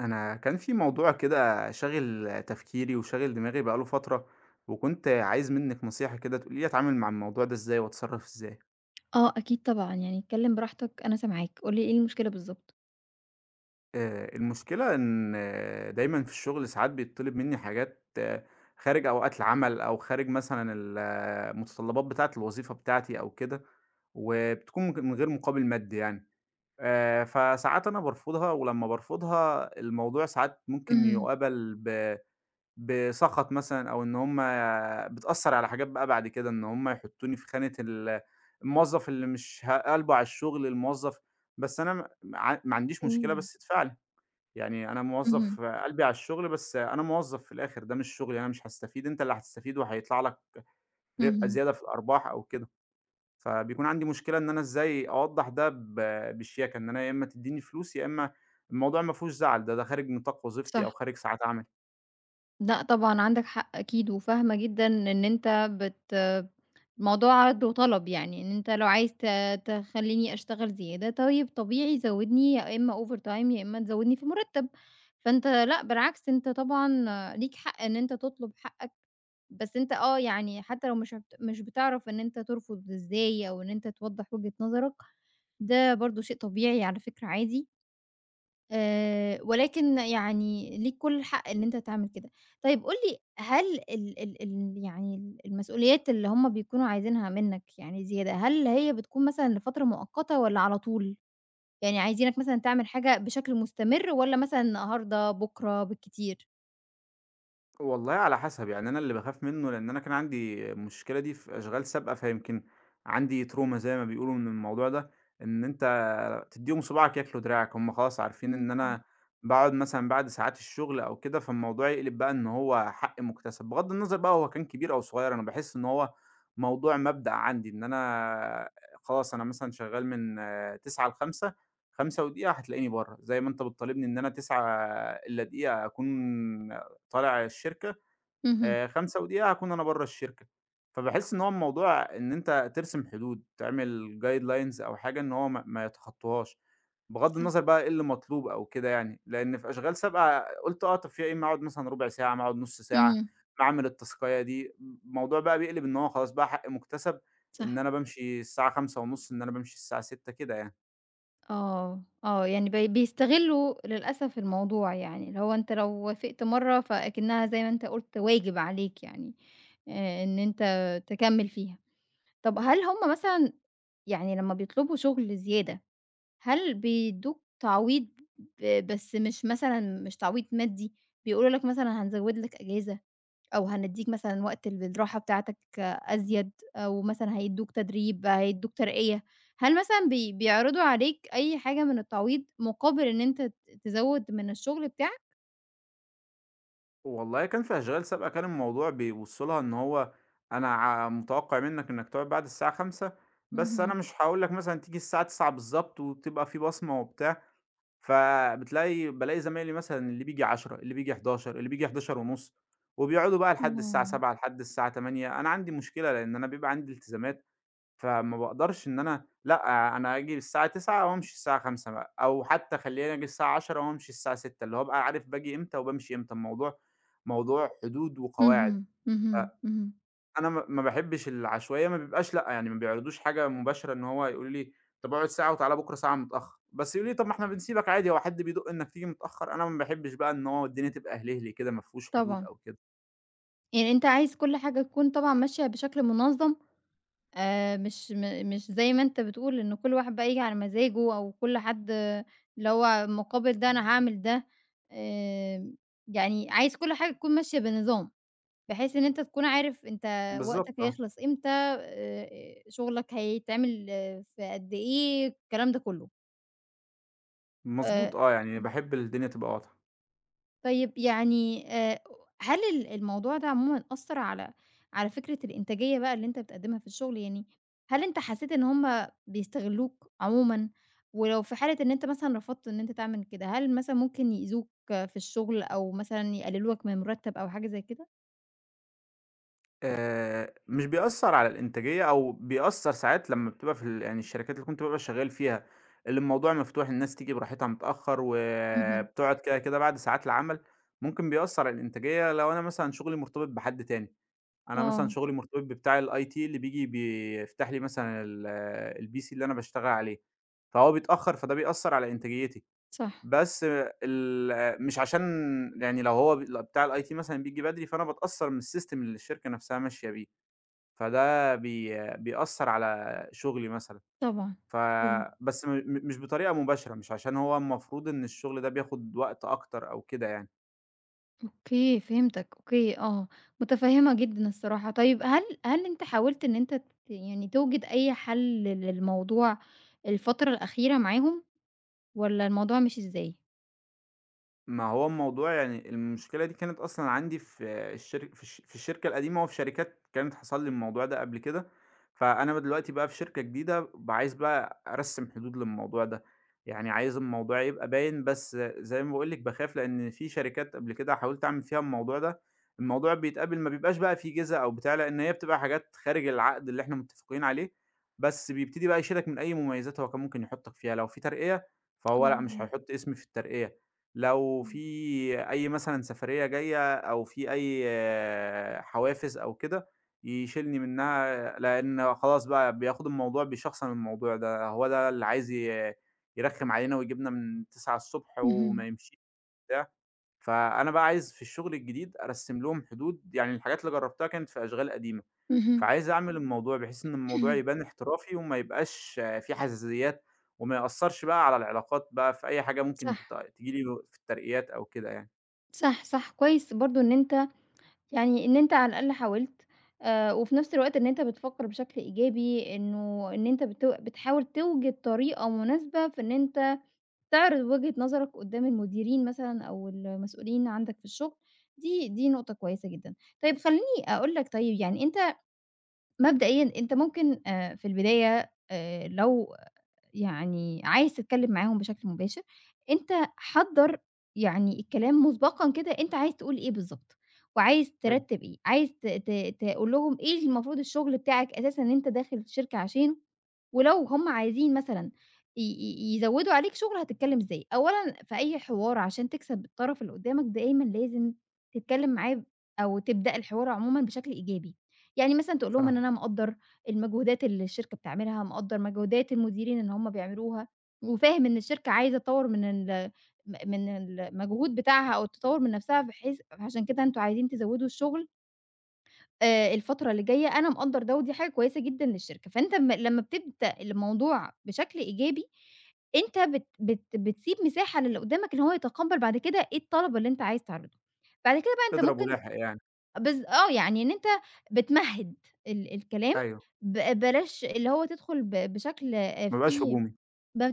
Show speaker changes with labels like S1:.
S1: أنا كان في موضوع كده شاغل تفكيري وشاغل دماغي بقى له فترة، وكنت عايز منِّك نصيحة كده تقولي لي أتعامل مع الموضوع ده إزاي وأتصرّف إزاي؟
S2: آه أكيد طبعًا، يعني اتكلّم براحتك أنا سامعاك، قُل لي إيه المشكلة بالضبط؟
S1: المشكلة إن دايمًا في الشغل ساعات بيتطلب منّي حاجات خارج أوقات العمل أو خارج مثلًا ال آه، المتطلبات بتاعة الوظيفة بتاعتي أو كده، وبتكون من غير مقابل مادي يعني. فساعات أنا بارفضها، ولمّا بارفضها الموضوع ساعات ممكن
S2: اهم.
S1: يُقابل بسخط مثلًا، أو إن هم بتأثّر على حاجات بقى بعد كده، إن هم يحطّوني في خانة الموظف اللي مش ه قلبه على الشغل، الموظف. بس أنا م ما ما عنديش مشكلة،
S2: إمم.
S1: بس ادفع لي، يعني أنا
S2: اهم،
S1: موظف قلبي على الشغل، بس أنا موظف في الآخر، ده مش شغلي، أنا مش هاستفيد، أنت اللي هتستفيد وهيطلع لك ربح
S2: اهم،
S1: زيادة في الأرباح أو كده. فبيكون عندي مشكلة إن أنا إزاي أوضّح ده بالشياكة، إن أنا يا إمّا تدّيني فلوس، يا إمّا الموضوع ما فيهوش زعل، ده خارج نطاق وظيفتي أو
S2: صح.
S1: خارج ساعات عملي.
S2: لأ طبعًا عندك حق أكيد، وفاهمة جدًا إن أنت الموضوع عرض وطلب، يعني إن أنت لو عايز تخلّيني أشتغل زيادة، طيب طبيعي زوّدني يا إمّا overtime يا إمّا تزوّدني في المُرتّب، فأنت لأ بالعكس أنت طبعًا ليك حق إن أنت تطلب حقك، بس أنت يعني حتى لو مش هبت مش بتعرف إن أنت ترفض إزاي أو إن أنت توضّح وجهة نظرك، ده برضه شيء طبيعي على فكرة عادي. ولكن يعني ليك كل الحق إن أنت تعمل كده. طيب قُل لي، هل ال ال ال يعني ال المسؤوليات اللي هم بيكونوا عايزينها منّك يعني زيادة، هل هي بتكون مثلًا لفترة مؤقتة والّا على طول؟ يعني عايزينك مثلًا تعمل حاجة بشكل مستمر والّا مثلًا النهارده، بُكرة بالكتير؟
S1: والله على حسب، يعني أنا اللي باخاف منّه لإن أنا كان عندي المشكلة دي في أشغال سابقة، فيمكن عندي trauma زي ما بيقولوا من الموضوع ده، إن أنت تدّيهم صباعك ياكلوا دراعك، هم خلاص عارفين
S2: إمم،
S1: إن
S2: إمم.
S1: أنا باقعد مثلًا بعد ساعات الشغل أو كده، فالموضوع يقلب بقى إن هو حق مُكتسب، بغض النظر بقى هو كان كبير أو صغير، أنا باحس إن هو موضوع مبدأ عندي، إن أنا خلاص أنا مثلًا شغّال من 9:00 ل17:00، 5 ودقيقة هتلاقيني برّه، زي ما أنت بتطالبني إن أنا 9:00 إلا دقيقة أكون طالع الشركة،
S2: اهم.
S1: 5 ودقيقة هاكون أنا برّه الشركة. فباحس إن هو الموضوع إن أنت ترسم حدود، تعمل guidelines أو حاجة إن هو ما يتخطّوهاش، بغض
S2: صح.
S1: النظر بقى إيه اللي مطلوب أو كده يعني، لإن في أشغال سابقة قُلت طب فيها إيه ما أقعد مثلًا ربع ساعة، ما أقعد نُص ساعة،
S2: اهم.
S1: ما أعمل التاسكاية دي، الموضوع بقى بيقلب إن هو خلاص بقى حق مُكتسب، إن
S2: صح.
S1: أنا بامشي الساعة 17:30، إن أنا بامشي الساعة 18:00 كده يعني.
S2: آه، آه، يعني بيستغلّوا للأسف الموضوع، يعني اللي هو أنت لو وافقت مرّة فأكنّها زي ما أنت قُلت واجب عليك يعني، إن أنت تكمّل فيها. طَب هل هُم مثلًا يعني لمّا بيطلبوا شغل زيادة، هل بيدّوك تعويض، بس مش مثلًا مش تعويض مادي، بيقولوا لك مثلًا هنزوّد لك أجازة؟ أو هندّيك مثلًا وقت الراحة بتاعتك أزيد، أو مثلًا هيدّوك تدريب، هيدّوك ترقية، هل مثلًا بيعرضوا عليك أي حاجة من التعويض مقابل إن أنت تزوّد من الشغل بتاعك؟
S1: والله كان في أشغال سابقة كان الموضوع بيوصّلها إن هو أنا ع متوقّع منّك إنّك تقعد بعد الساعة 17:00، بس أنا
S2: اهم.
S1: مش هاقول لك مثلًا تيجي الساعة 21:00 بالضبط وتبقى في بصمة وبتاع. بالاقي زمايلي مثلًا اللي بييجي 22:00، اللي بييجي 23:00، اللي بييجي 23:30، وبيقعدوا بقى لحد الساعة
S2: آه،
S1: 19:00 لحد الساعة 20:00. أنا عندي مشكلة لإن أنا بيبقى عندي التزامات. فما باقدرش إن أنا لأ، أنا آجي الساعة 9:00 وأمشي الساعة 17:00 بقى، أو حتى خلّيني آجي الساعة 22:00 وأمشي الساعة 18:00، اللي هو أبقى عارف باجي إمتى وبامشي إمتى، الموضوع موضوع حدود وقواعد.
S2: اهم، اهم، اهم،
S1: فأنا ما باحبش العشوائية، ما بيبقاش لأ، يعني ما بيعرضوش حاجة مباشرة إن هو يقولوا لي طَب اقعد ساعة وتعالَ بُكرة ساعة متأخّر، بس يقولوا لي طَب ما إحنا بنسيبك عادي، هو حد بيدُق إنك تيجي متأخّر؟ أنا ما باحبش بقى إن هو الدنيا تبقى هلهلي كده ما فيهوش حدود
S2: طبعًا،
S1: أو كده.
S2: يعني أنت عايز كل حاجة تكون طبعًا ماشية بشكل منظّم، مش زي ما أنت بتقول إن كل واحد بقى ييجي على مزاجه، أو كل حد اللي هو مقابل ده أنا هاعمل ده. آآ يعني عايز كل حاجة تكون ماشية بنظام، بحيث إن أنت تكون عارف أنت وقتك
S1: بالضبط آه.
S2: هيخلص إمتى، شغلك هيتعمل في قد إيه، الكلام ده كلّه. آآ
S1: مضبوط آه، يعني باحب الدنيا تبقى واضحة.
S2: طيب يعني، هل الموضوع ده عمومًا أثّر على على فكرة الإنتاجية بقى اللي أنت بتقدّمها في الشغل؟ يعني هل أنت حسّيت إن هُم بيستغلّوك عمومًا؟ ولو في حالة إن أنت مثلًا رفضت إن أنت تعمل كده، هل مثلًا ممكن يأذوك في الشغل أو مثلًا يقلّلوا لك من مرتّب أو حاجة زي كده؟
S1: مش بيأثّر على الإنتاجية، أو بيأثّر ساعات لمّا بتبقى في يعني الشركات اللي كنت بابقى شغّال فيها، اللي الموضوع مفتوح الناس تيجي براحتها متأخّر
S2: اهم.
S1: وبتقعد كده، كده بعد ساعات العمل. ممكن بيأثّر على الإنتاجية لو أنا مثلًا شغلي مرتبط بحد تاني، أنا مثلًا
S2: آه،
S1: شغلي مرتبط ببتاع الIT اللي بييجي بيفتح لي مثلًا الPC اللي أنا باشتغل عليه، فهو بيتأخّر فده بيأثّر على إنتاجيتي.
S2: صح،
S1: بس مش عشان يعني لو هو بتاع الIT مثلًا بييجي بدري، فأنا باتأثّر من الSystem اللي الشركة نَفْسها ماشية بيه. فده بيأثّر على شغلي مثلًا.
S2: طبعًا.
S1: ف بس م م مش بطريقة مباشرة، مش عشان هو المفروض إن الشغل ده بياخد وقت أكتر أو كده يعني.
S2: أوكي، فهمتك، أوكي آه، متفهمة جدًا الصراحة. طيب، هل هل أنت حاولت إن أنت يعني توجد أي حل للموضوع الفترة الأخيرة معاهم، والّا الموضوع مشي إزاي؟
S1: ما هو الموضوع يعني المشكلة دي كانت أصلًا عندي في الشر في الش في الشركة القديمة، وفي شركات كانت حصل لي الموضوع ده قبل كده. فأنا دلوقتي بقى في شركة جديدة عايز بقى أرسّم حدود للموضوع ده، يعني عايز الموضوع يبقى باين، بس زي ما باقول لِك باخاف لإن في شركات قبل كده حاولت أعمل فيها الموضوع ده، الموضوع بيتقابل ما بيبقاش بقى في جِزا أو بتاع، لإن هي بتبقى حاجات خارج العقد اللي إحنا متفقين عليه، بس بيبتدي بقى يشيلك من أي مميزات هو كان ممكن يحطّك فيها، لو في ترقية فهو
S2: آه،
S1: لأ مش هيحط اسمي في الترقية. لو
S2: إمم،
S1: في أي مثلًا سفرية جاية أو في أي حوافز أو كده، يشيلني منها لإن خلاص بقى بياخد الموضوع بيشخصن الموضوع ده، هو ده اللي عايز يرخّم علينا ويجيبنا من 9:00 الصبح
S2: اهم،
S1: وما يمشيش وبتاع. فأنا بقى عايز في الشغل الجديد أرسّم لهم حدود، يعني الحاجات اللي جرّبتها كانت في أشغال قديمة،
S2: اهم،
S1: فعايز أعمل الموضوع بحيث إن الموضوع يبان احترافي، وما يبقاش في حساسيات، وما يأثّرش بقى على العلاقات بقى في أي حاجة
S2: صح،
S1: ممكن تيجي لي في الترقيات أو كده يعني.
S2: صح، صح، كويس برضه إن أنت يعني إن أنت على الأقل حاولت، وفي نفس الوقت إن أنت بتفكر بشكل إيجابي، إنه إن أنت بتحاول توجد طريقة مناسبة في إن أنت تعرض وجهة نظرك قدّام المديرين مثلًا أو المسؤولين عندك في الشغل، دي نقطة كويسة جدًا. طيب خلّيني أقول لك، طيب يعني أنت مبدئيًا أنت ممكن في البداية، لو يعني عايز تتكلّم معاهم بشكل مباشر، أنت حضّر يعني الكلام مسبقًا كده، أنت عايز تقول إيه بالضبط، وعايز
S1: حلو،
S2: ترتّب إيه، عايز ت ت تقول لهم إيه المفروض الشغل بتاعك أساسًا إن أنت داخل الشركة عشانه، ولو هم عايزين مثلًا ي ي يزوّدوا عليك شُغل هتتكلّم إزاي؟ أولًا في أي حوار، عشان تكسب الطرف اللي قدّامك دايمًا لازم تتكلّم معاه أو تبدأ الحوار عمومًا بشكل إيجابي، يعني مثلًا تقول لهم إن
S1: فاهمك،
S2: أنا مقدّر المجهودات اللي الشركة بتعملها، مقدّر مجهودات المديرين إن هم بيعملوها، وفاهم إن الشركة عايزة تطوّر من ال م من المجهود بتاعها أو تطوّر من نَفْسها، بحيث عشان كده أنتم عايزين تزوّدوا الشُغل الفترة اللي جاية، أنا مقدّر ده ودي حاجة كويسة جدًا للشركة، فأنت أمّا لمّا بتبدأ الموضوع بشكل إيجابي، أنت بت بت بتسيب مساحة للي قدّامك إن هو يتقبّل بعد كده إيه الطلب اللي أنت عايز تعرضه، بعد كده بقى أنت
S1: اضرب
S2: ممكن
S1: ولاحق يعني،
S2: بالض آه، يعني إن أنت بتمهِّد الكلام،
S1: أيوه،
S2: بلاش اللي هو تدخل بشكل
S1: ما يبقاش
S2: فيه
S1: هجومي.
S2: ب